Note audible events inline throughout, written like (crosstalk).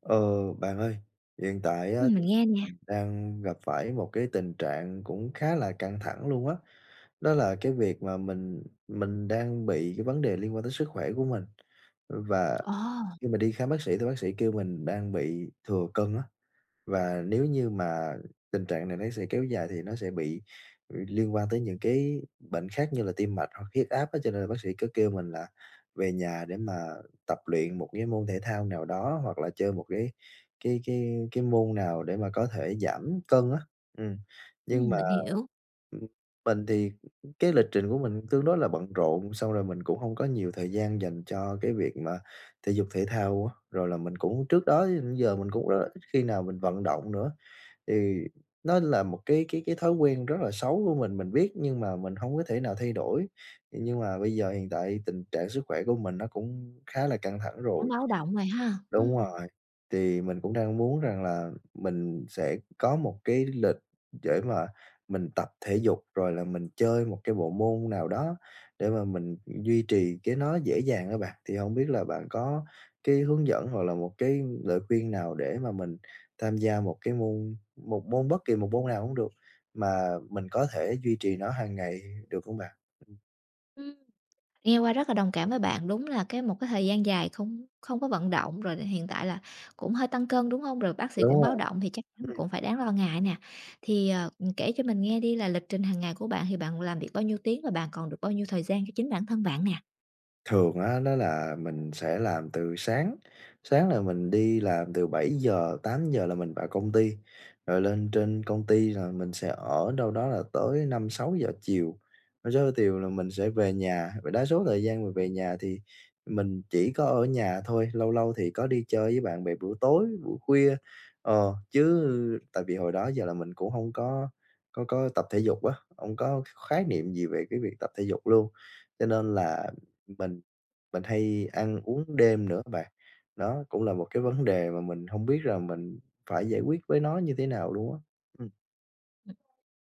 Ờ, bạn ơi, hiện tại á thì Mình nghe nè. mình đang gặp phải một cái tình trạng cũng khá là căng thẳng luôn á. Đó là cái việc mà mình đang bị cái vấn đề liên quan tới sức khỏe của mình. Và Ồ, khi mà đi khám bác sĩ thì bác sĩ kêu mình đang bị thừa cân á. Và nếu như mà tình trạng này nó sẽ kéo dài thì nó sẽ bị liên quan tới những cái bệnh khác như là tim mạch hoặc huyết áp á, cho nên là bác sĩ có kêu mình là về nhà để mà tập luyện một cái môn thể thao nào đó hoặc là chơi một cái môn nào để mà có thể giảm cân á. Ừm, nhưng mà, mình hiểu, mình thì cái lịch trình của mình tương đối là bận rộn, xong rồi mình cũng không có nhiều thời gian dành cho cái việc mà thể dục thể thao á. Rồi là mình cũng trước đó đến giờ mình cũng rất là ít khi nào mình vận động nữa, thì nó là một cái thói quen rất là xấu của mình biết nhưng mà mình không có thể nào thay đổi. Nhưng mà bây giờ hiện tại tình trạng sức khỏe của mình nó cũng khá là căng thẳng cũng rồi. báo động rồi ha. Đúng rồi, thì mình cũng đang muốn rằng là mình sẽ có một cái lịch để mà mình tập thể dục, rồi là mình chơi một cái bộ môn nào đó để mà mình duy trì cái nó dễ dàng á bạn. Thì không biết là bạn có cái hướng dẫn hoặc là một cái lời khuyên nào để mà mình tham gia một cái môn một môn bất kỳ một môn nào cũng được, mà mình có thể duy trì nó hàng ngày được không bạn? ừm, nghe qua rất là đồng cảm với bạn, đúng là cái một cái thời gian dài không không có vận động rồi hiện tại là cũng hơi tăng cân, đúng hông? Rồi bác sĩ Đúng cũng báo rồi. động thì chắc chắn là cũng phải đáng lo ngại nè. Thì, kể cho mình nghe đi là lịch trình hàng ngày của bạn thì bạn làm việc bao nhiêu tiếng và bạn còn được bao nhiêu thời gian cho chính bản thân bạn nè? Thường á, đó là mình sẽ làm từ sáng, sáng là mình đi làm từ 7 giờ 8 giờ là mình vào công ty, rồi lên trên công ty là mình sẽ ở đâu đó là tới 5 6 giờ chiều. Rồi sau chiều là mình sẽ về nhà, và đa số thời gian mình về nhà thì mình chỉ có ở nhà thôi, lâu lâu thì có đi chơi với bạn bè buổi tối, buổi khuya, chứ tại vì hồi đó giờ là mình cũng không có tập thể dục á, không có khái niệm gì về cái việc tập thể dục luôn. Cho nên là mình mình hay ăn uống đêm nữa bạn. Đó cũng là một cái vấn đề mà mình hông biết rằng mình phải giải quyết với nó như thế nào luôn á. Ừm,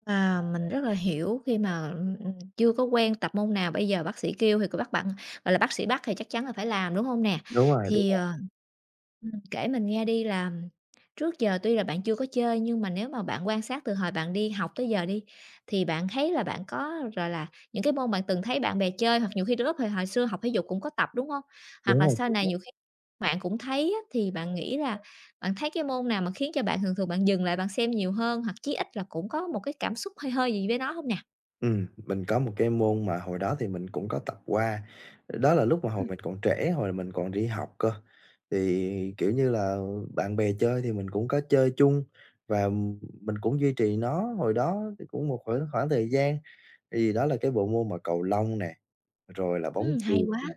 À, mình rất là hiểu khi mà, chưa có quen tập môn nào, bây giờ bác sĩ kêu thì cứ bắt bạn gọi là, bác sĩ bắt thì chắc chắn là phải làm, đúng hông nè? đúng rồi, đúng Thì, rồi, kể mình nghe đi là trước giờ tuy là bạn chưa có chơi nhưng mà nếu mà bạn quan sát từ hồi bạn đi học tới giờ đi, thì bạn thấy là bạn có, rồi là, những cái môn bạn từng thấy bạn bè chơi hoặc nhiều khi lúc hồi hồi xưa học thể dục cũng có tập, đúng không? Hoặc đúng là sau rồi. này nhiều khi bạn cũng thấy á, thì bạn nghĩ là bạn thấy cái môn nào mà khiến cho bạn thường thường bạn dừng lại bạn xem nhiều hơn, hoặc chí ít là cũng có một cái cảm xúc hơi hơi gì với nó không nè? Mình có một cái môn mà hồi đó thì mình cũng có tập qua, đó là lúc mà hồi Ừm, mình còn trẻ, hồi mình còn đi học cơ. Thì, kiểu như là, bạn bè chơi thì mình cũng có chơi chung và mình cũng duy trì nó hồi đó thì cũng một khoảng khoảng thời gian. Thì đó là cái bộ môn mà cầu lông nè. Rồi là bóng hay chuyền quá! nè,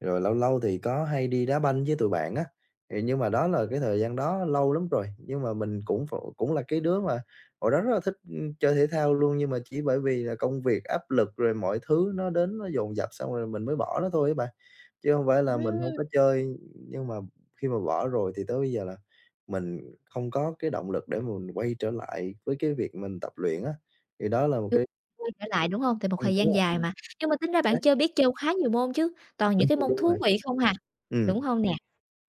rồi lâu lâu thì có hay đi đá banh với tụi bạn á, thì nhưng mà đó là cái thời gian đó lâu lắm rồi, nhưng mà mình cũng ph cũng là cái đứa mà hồi đó rất là thích, chơi thể thao luôn, nhưng mà chỉ bởi vì là công việc áp lực rồi mọi thứ nó đến nó dồn dập xong rồi mình mới bỏ nó thôi á bạn. Chứ không phải là mình không Ừm. có chơi, nhưng mà khi mà bỏ rồi thì tới bây giờ là mình không có cái động lực để mình quay trở lại với cái việc mình tập luyện á, thì đó là một Chưa cái quay trở lại, đúng hông? Tại một thời đúng gian rồi, dài mà. Nhưng mà tính ra chính xác, bạn chơi biết chơi khá nhiều môn chứ, toàn đúng những cái rồi, môn đúng rồi. thú vị không hà, Ừm, đúng hông nè?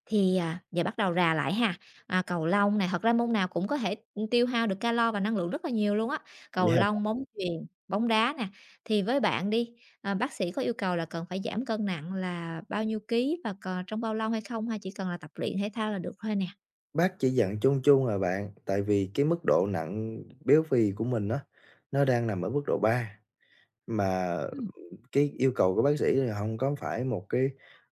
Thì, à, giờ bắt đầu rà lại ha, à, cầu lông nè, thật ra môn nào cũng có thể, tiêu hao được calo và năng lượng rất là nhiều luôn á, cầu yeah. lông, bóng chuyền, bóng đá nè. Thì với bạn đi, à, bác sĩ có yêu cầu là cần phải giảm cân nặng là bao nhiêu ký và cò trong bao lâu hay không hay chỉ cần là tập luyện thể thao là được thôi nè? Bác chỉ dặn chung chung à bạn, tại vì cái mức độ nặng béo phì của mình á, nó đang nằm ở mức độ 3, mà Ừm, cái yêu cầu của bác sĩ là hông có phải một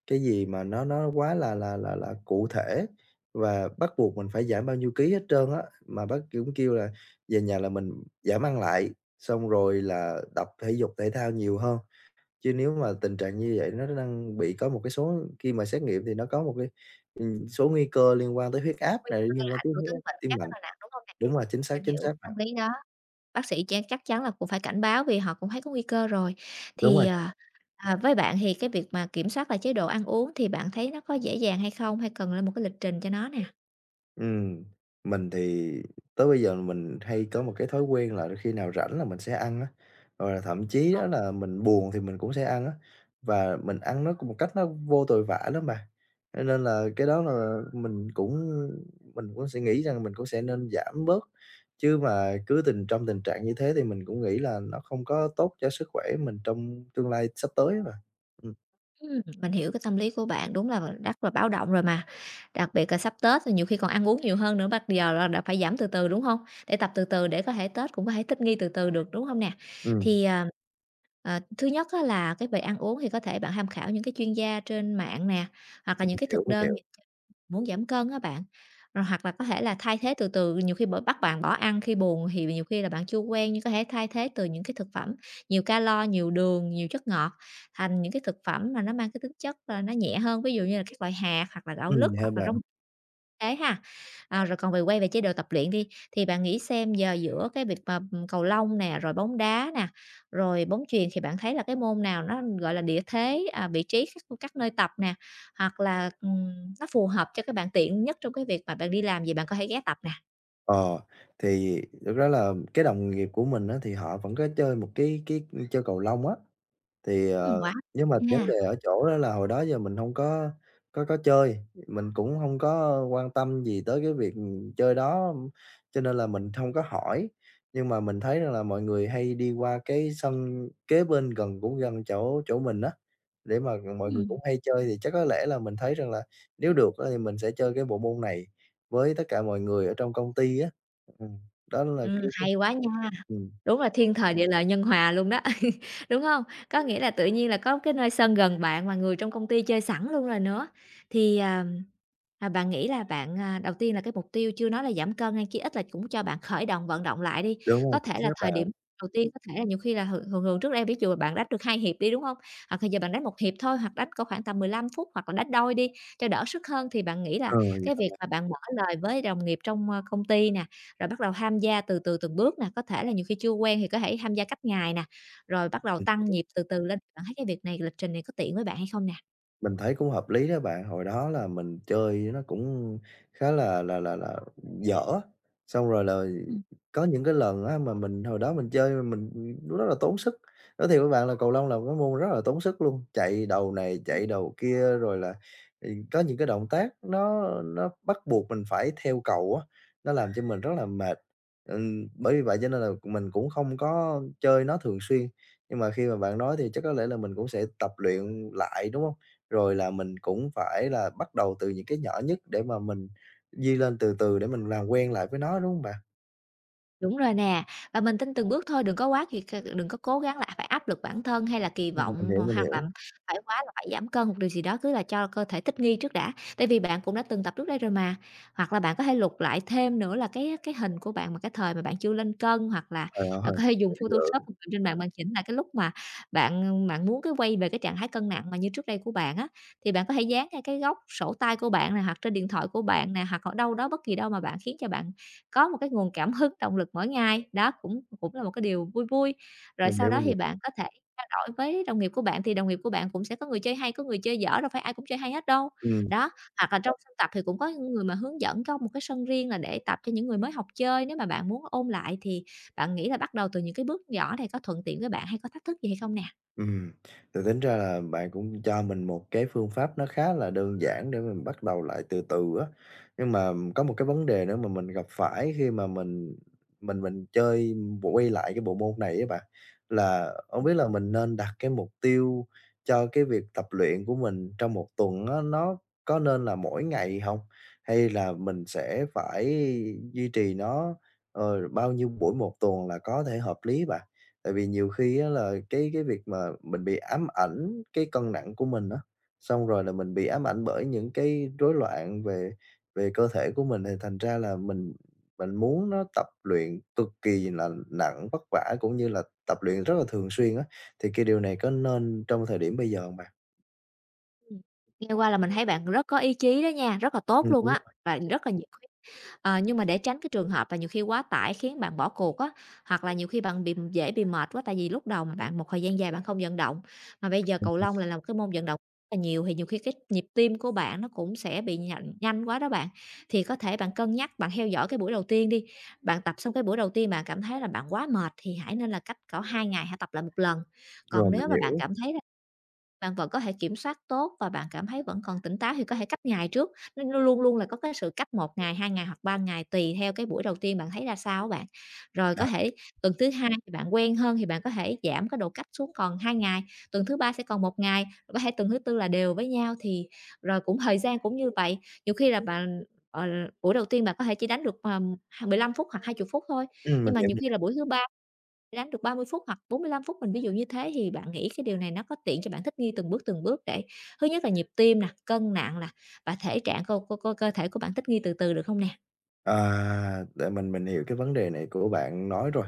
cái gì mà nó quá là cụ thể và bắt buộc mình phải giảm bao nhiêu ký hết trơn á. Mà bác cũng kêu là về nhà là mình giảm ăn lại, xong rồi là tập thể dục thể thao nhiều hơn. Chứ nếu mà tình trạng như vậy nó đang bị có một cái số khi mà xét nghiệm thì nó có một cái, số nguy cơ liên quan tới huyết áp này, liên quan Ảnh tới hưởng huyết áp tới bệnh tim khác rất mạch. là nặng, đúng hông nè? Đúng rồi, Mình chính hiểu xác bạn. tâm lý đó. Bác sĩ chắc chắn là cũng phải cảnh báo vì họ cũng thấy có nguy cơ rồi. Đúng Thì, rồi. à, với bạn thì cái việc mà kiểm soát lại chế độ ăn uống thì bạn thấy nó có dễ dàng hay không? Hay cần lên một cái lịch trình cho nó nè? Ừm, mình thì tới bây giờ mình hay có một cái thói quen là khi nào rảnh là mình sẽ ăn á, rồi là thậm chí Ờ. đó là mình buồn thì mình cũng sẽ ăn á, và mình ăn nó cũng một cách nó vô tội vạ lắm bạn. Cho nên là cái đó là mình cũng sẽ nghĩ rằng mình cũng sẽ nên giảm bớt, chứ mà cứ tình trong tình trạng như thế thì mình cũng nghĩ là nó không có tốt cho sức khỏe mình trong tương lai sắp tới á bạn. Ừm, Mình hiểu cái tâm lý của bạn, đúng là rất là báo động rồi mà. Đặc biệt là sắp Tết thì nhiều khi còn ăn uống nhiều hơn nữa, bắt giờ là đã phải giảm từ từ, đúng không? Để tập từ từ để có thể Tết cũng có thể thích nghi từ từ được, đúng không nè? Thì, à, thứ nhất á là cái về ăn uống thì có thể bạn tham khảo những cái chuyên gia trên mạng nè, hoặc là mình những cái hiểu, thực mình đơn hiểu. muốn giảm cân á bạn, rồi hoặc là có thể là thay thế từ từ, nhiều khi bởi bắt bạn bỏ ăn khi buồn thì nhiều khi là bạn chưa quen, nhưng có thể thay thế từ những cái thực phẩm nhiều calo, nhiều đường, nhiều chất ngọt thành những cái thực phẩm mà nó mang cái tính chất là nó nhẹ hơn, ví dụ như là các loại hạt hoặc là gạo lứt Hả hoặc là bạn? rong. Thế ha? À, rồi còn về quay về chế độ tập luyện đi, thì bạn nghĩ xem giờ giữa cái việc mà, cầu lông nè, rồi bóng đá nè, rồi bóng chuyền thì bạn thấy là cái môn nào nó, gọi là, địa thế, à, vị trí các nơi tập nè, hoặc là, nó phù hợp cho các bạn tiện nhất trong cái việc mà bạn đi làm gì bạn có thể ghé tập nè? Ờ, thì thực ra là cái đồng nghiệp của mình á, thì họ vẫn có chơi một cái chơi cầu lông á, thì, Quá nhưng mà vấn ha. đề ở chỗ đó là hồi đó giờ mình không có chơi, mình cũng không có quan tâm gì tới cái việc, chơi đó, cho nên là mình không có hỏi. Nhưng mà mình thấy rằng là mọi người hay đi qua cái sân kế bên gần cũng gần chỗ chỗ mình á, để mà mọi người cũng Ừm, hay chơi thì chắc có lẽ là mình thấy rằng là nếu được á thì mình sẽ chơi cái bộ môn này với tất cả mọi người ở trong công ty á. Ừm, đó là cái hay quá. ừm, Đúng là thiên thời địa lợi nhân hòa luôn đó, (laughs) đúng không? Có nghĩa là tự nhiên là có cái nơi sân gần bạn mà người trong công ty chơi sẵn luôn rồi nữa. Thì, à, bạn nghĩ là bạn, à đầu tiên là cái mục tiêu chưa nói là giảm cân hay chí ít là cũng cho bạn khởi động vận động lại đi. đúng rồi, Có thể chính là xác thời bạn. điểm đầu tiên có thể là nhiều khi là thường thường thường trước đây ví dụ là bạn đánh được 2 hiệp đi, đúng không? Hoặc là giờ bạn đánh một hiệp thôi, hoặc đánh có khoảng tầm 15 phút, hoặc là đánh đôi đi cho đỡ sức hơn. Thì bạn nghĩ là Ờ, cái việc mà bạn mở lời với đồng nghiệp trong, công ty nè, rồi bắt đầu tham gia từ từ từng bước nè, có thể là nhiều khi chưa quen thì có thể tham gia cách ngày nè, rồi bắt đầu tăng nhịp từ từ lên. Bạn thấy cái việc này, lịch trình này có tiện với bạn hay không nè? Mình thấy cũng hợp lý đó bạn, hồi đó là mình chơi nó cũng khá là dở, xong rồi là có những cái lần á mà mình hồi đó mình chơi mà mình, nó rất là tốn sức. Nói thiệt với bạn là cầu lông là một cái môn rất là tốn sức luôn, chạy đầu này, chạy đầu kia, rồi là, có những cái động tác nó bắt buộc mình phải theo cầu á, nó làm cho mình rất là mệt. Bởi vì vậy cho nên là mình cũng không có chơi nó thường xuyên, nhưng mà khi mà bạn nói thì chắc có lẽ là mình cũng sẽ tập luyện lại, đúng không? Rồi là mình cũng phải là bắt đầu từ những cái nhỏ nhất để mà mình đi lên từ từ để mình làm quen lại với nó, đúng hông bạn? Đúng rồi nè, và mình tin từng bước thôi, đừng có quá kỳ, đừng có cố gắng là phải áp lực bản thân hay là kỳ Mình vọng hiểu, mình hoặc là hiểu. phải quá là phải giảm cân một điều gì đó, cứ là cho cơ thể thích nghi trước đã. Tại vì bạn cũng đã từng tập trước đây rồi mà. Hoặc là bạn có thể lục lại thêm nữa là cái hình của bạn mà cái thời mà bạn chưa lên cân, hoặc là Trời bạn ơi, có thể dùng mình Photoshop hiểu, hoặc là trên mạng bạn chỉnh lại cái lúc mà bạn bạn muốn cái quay về cái trạng thái cân nặng mà như trước đây của bạn á, thì bạn có thể dán ngay cái góc sổ tay của bạn này hoặc trên điện thoại của bạn này hoặc ở đâu đó bất kỳ đâu mà bạn khiến cho bạn có một cái nguồn cảm hứng, động lực mỗi ngày, đó cũng cũng là một cái điều vui vui. Rồi mình sau hiểu, đó mình hiểu. thì bạn có thể trao đổi với đồng nghiệp của bạn, thì đồng nghiệp của bạn cũng sẽ có người chơi hay, có người chơi dở, đâu phải ai cũng chơi hay hết đâu. Ừm. Đó, hoặc là trong sân tập thì cũng có những người mà hướng dẫn có một cái sân riêng là để tập cho những người mới học chơi. Nếu mà bạn muốn ôn lại thì bạn nghĩ là bắt đầu từ những cái bước nhỏ này có thuận tiện với bạn hay có thách thức gì hay không nè? Ừm, thì tính ra là bạn cũng cho mình một cái phương pháp nó khá là đơn giản để mình bắt đầu lại từ từ á. Nhưng mà có một cái vấn đề nữa mà mình gặp phải khi mà mình chơi quay lại cái bộ môn này á bạn, là không biết là mình nên đặt cái mục tiêu cho cái việc tập luyện của mình trong một tuần á, nó có nên là mỗi ngày không? Hay là mình sẽ phải duy trì nó, bao nhiêu buổi một tuần là có thể hợp lý bạn? Tại vì nhiều khi á là cái việc mà mình bị ám ảnh cái cân nặng của mình á, xong rồi là mình bị ám ảnh bởi những cái rối loạn về về cơ thể của mình thì thành ra là mình muốn nó tập luyện cực kỳ là nặng, vất vả cũng như là tập luyện rất là thường xuyên á, thì cái điều này có nên trong thời điểm bây giờ không bạn? Ừm. Nghe qua là mình thấy bạn rất có ý chí đó nha, rất là tốt luôn Đúng á, và rất là nhiệt. Ờ, nhưng mà để tránh cái trường hợp là nhiều khi quá tải khiến bạn bỏ cuộc á, hoặc là nhiều khi bạn bị dễ bị mệt quá tại vì lúc đầu mà bạn một thời gian dài bạn không vận động, mà bây giờ cầu rồi, lông lại là một cái môn vận động rất là nhiều thì nhiều khi cái nhịp tim của bạn nó cũng sẽ bị nhanh, nhanh quá đó bạn. Thì có thể bạn cân nhắc bạn theo dõi cái buổi đầu tiên đi. Bạn tập xong cái buổi đầu tiên bạn cảm thấy là bạn quá mệt thì hãy nên là cách cỡ 2 ngày hãy tập lại một lần. rồi, Còn mình nếu mà bạn hiểu. cảm thấy bạn vẫn có thể kiểm soát tốt và bạn cảm thấy vẫn còn tỉnh táo thì có thể cách ngày trước, nó luôn luôn là có cái sự cách 1 ngày, 2 ngày hoặc 3 ngày tùy theo cái buổi đầu tiên bạn thấy ra sao á bạn. Rồi À, có thể tuần thứ hai thì bạn quen hơn thì bạn có thể giảm cái độ cách xuống còn 2 ngày, tuần thứ ba sẽ còn 1 ngày, rồi có thể tuần thứ tư là đều với nhau thì rồi cũng thời gian cũng như vậy. Nhiều khi là bạn, ờ, buổi đầu tiên bạn có thể chỉ đánh được, h 15 phút hoặc 20 phút thôi, (clears throat) mình nhưng mà hiểu. nhiều khi là buổi thứ ba đánh được 30 phút hoặc 45 phút, mình ví dụ như thế, thì bạn nghĩ cái điều này nó có tiện cho bạn thích nghi từng bước để thứ nhất là nhịp tim nè, cân nặng nè, và thể trạng cơ cơ cơ cơ thể của bạn thích nghi từ từ được không nè? À, để mình hiểu cái vấn đề này của bạn nói rồi.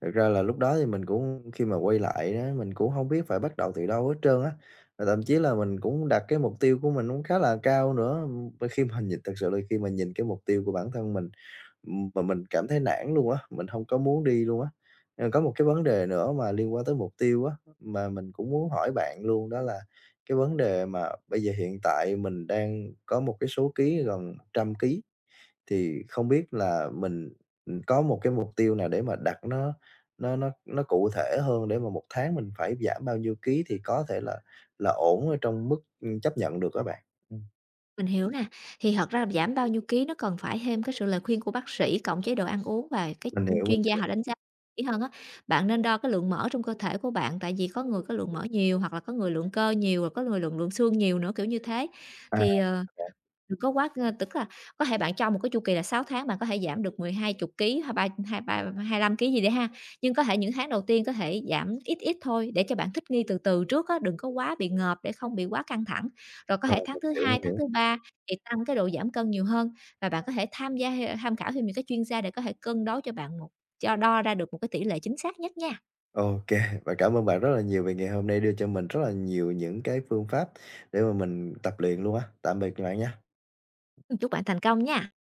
Thực ra là lúc đó thì mình cũng khi mà quay lại đó mình cũng không biết phải bắt đầu từ đâu hết trơn á, và thậm chí là mình cũng đặt cái mục tiêu của mình cũng khá là cao nữa. Khi mà nhìn thật sự là khi mà nhìn cái mục tiêu của bản thân mình, mà mình cảm thấy nản luôn á, mình không có muốn đi luôn á. Có một cái vấn đề nữa mà liên quan tới mục tiêu á, mà mình cũng muốn hỏi bạn luôn đó là cái vấn đề mà bây giờ hiện tại mình đang có một cái số ký gần 100 ký. Thì không biết là mình, có một cái mục tiêu nào để mà đặt nó nó cụ thể hơn để mà một tháng mình phải giảm bao nhiêu ký thì có thể là ổn ở trong mức, chấp nhận được á bạn? Ừm. Mình hiểu nè, thì thật ra giảm bao nhiêu ký nó cần phải thêm cái sự lời khuyên của bác sĩ cộng chế độ ăn uống và cái Mình hiểu, mình chuyên gia hiểu. họ đánh giá kỹ hơn á. Bạn nên đo cái lượng mỡ trong cơ thể của bạn, tại vì có người có lượng mỡ nhiều hoặc là có người lượng cơ nhiều, rồi có người lượng lượng xương nhiều nữa, kiểu như thế. À, Thì, rồi, đừng có quá tức là có thể bạn cho một cái chu kỳ là 6 tháng bạn có thể giảm được mười hai chục ký, hay ba hai lăm ký gì đấy ha, nhưng có thể những tháng đầu tiên có thể giảm ít ít thôi để cho bạn thích nghi từ từ trước á, đừng có quá bị ngợp để không bị quá căng thẳng. Rồi có thể rồi, tháng mình thứ hiểu, 2, mình tháng hiểu. thứ 3 thì tăng cái độ giảm cân nhiều hơn và bạn có thể tham khảo thêm những cái chuyên gia để có thể cân đối cho bạn một cho đo ra được một cái tỷ lệ chính xác nhất nha. Ô kê, và cảm ơn bạn rất là nhiều vì ngày hôm nay đưa cho mình rất là nhiều những cái phương pháp để mà mình tập luyện luôn á. Tạm biệt bạn nha. Chúc bạn thành công nha.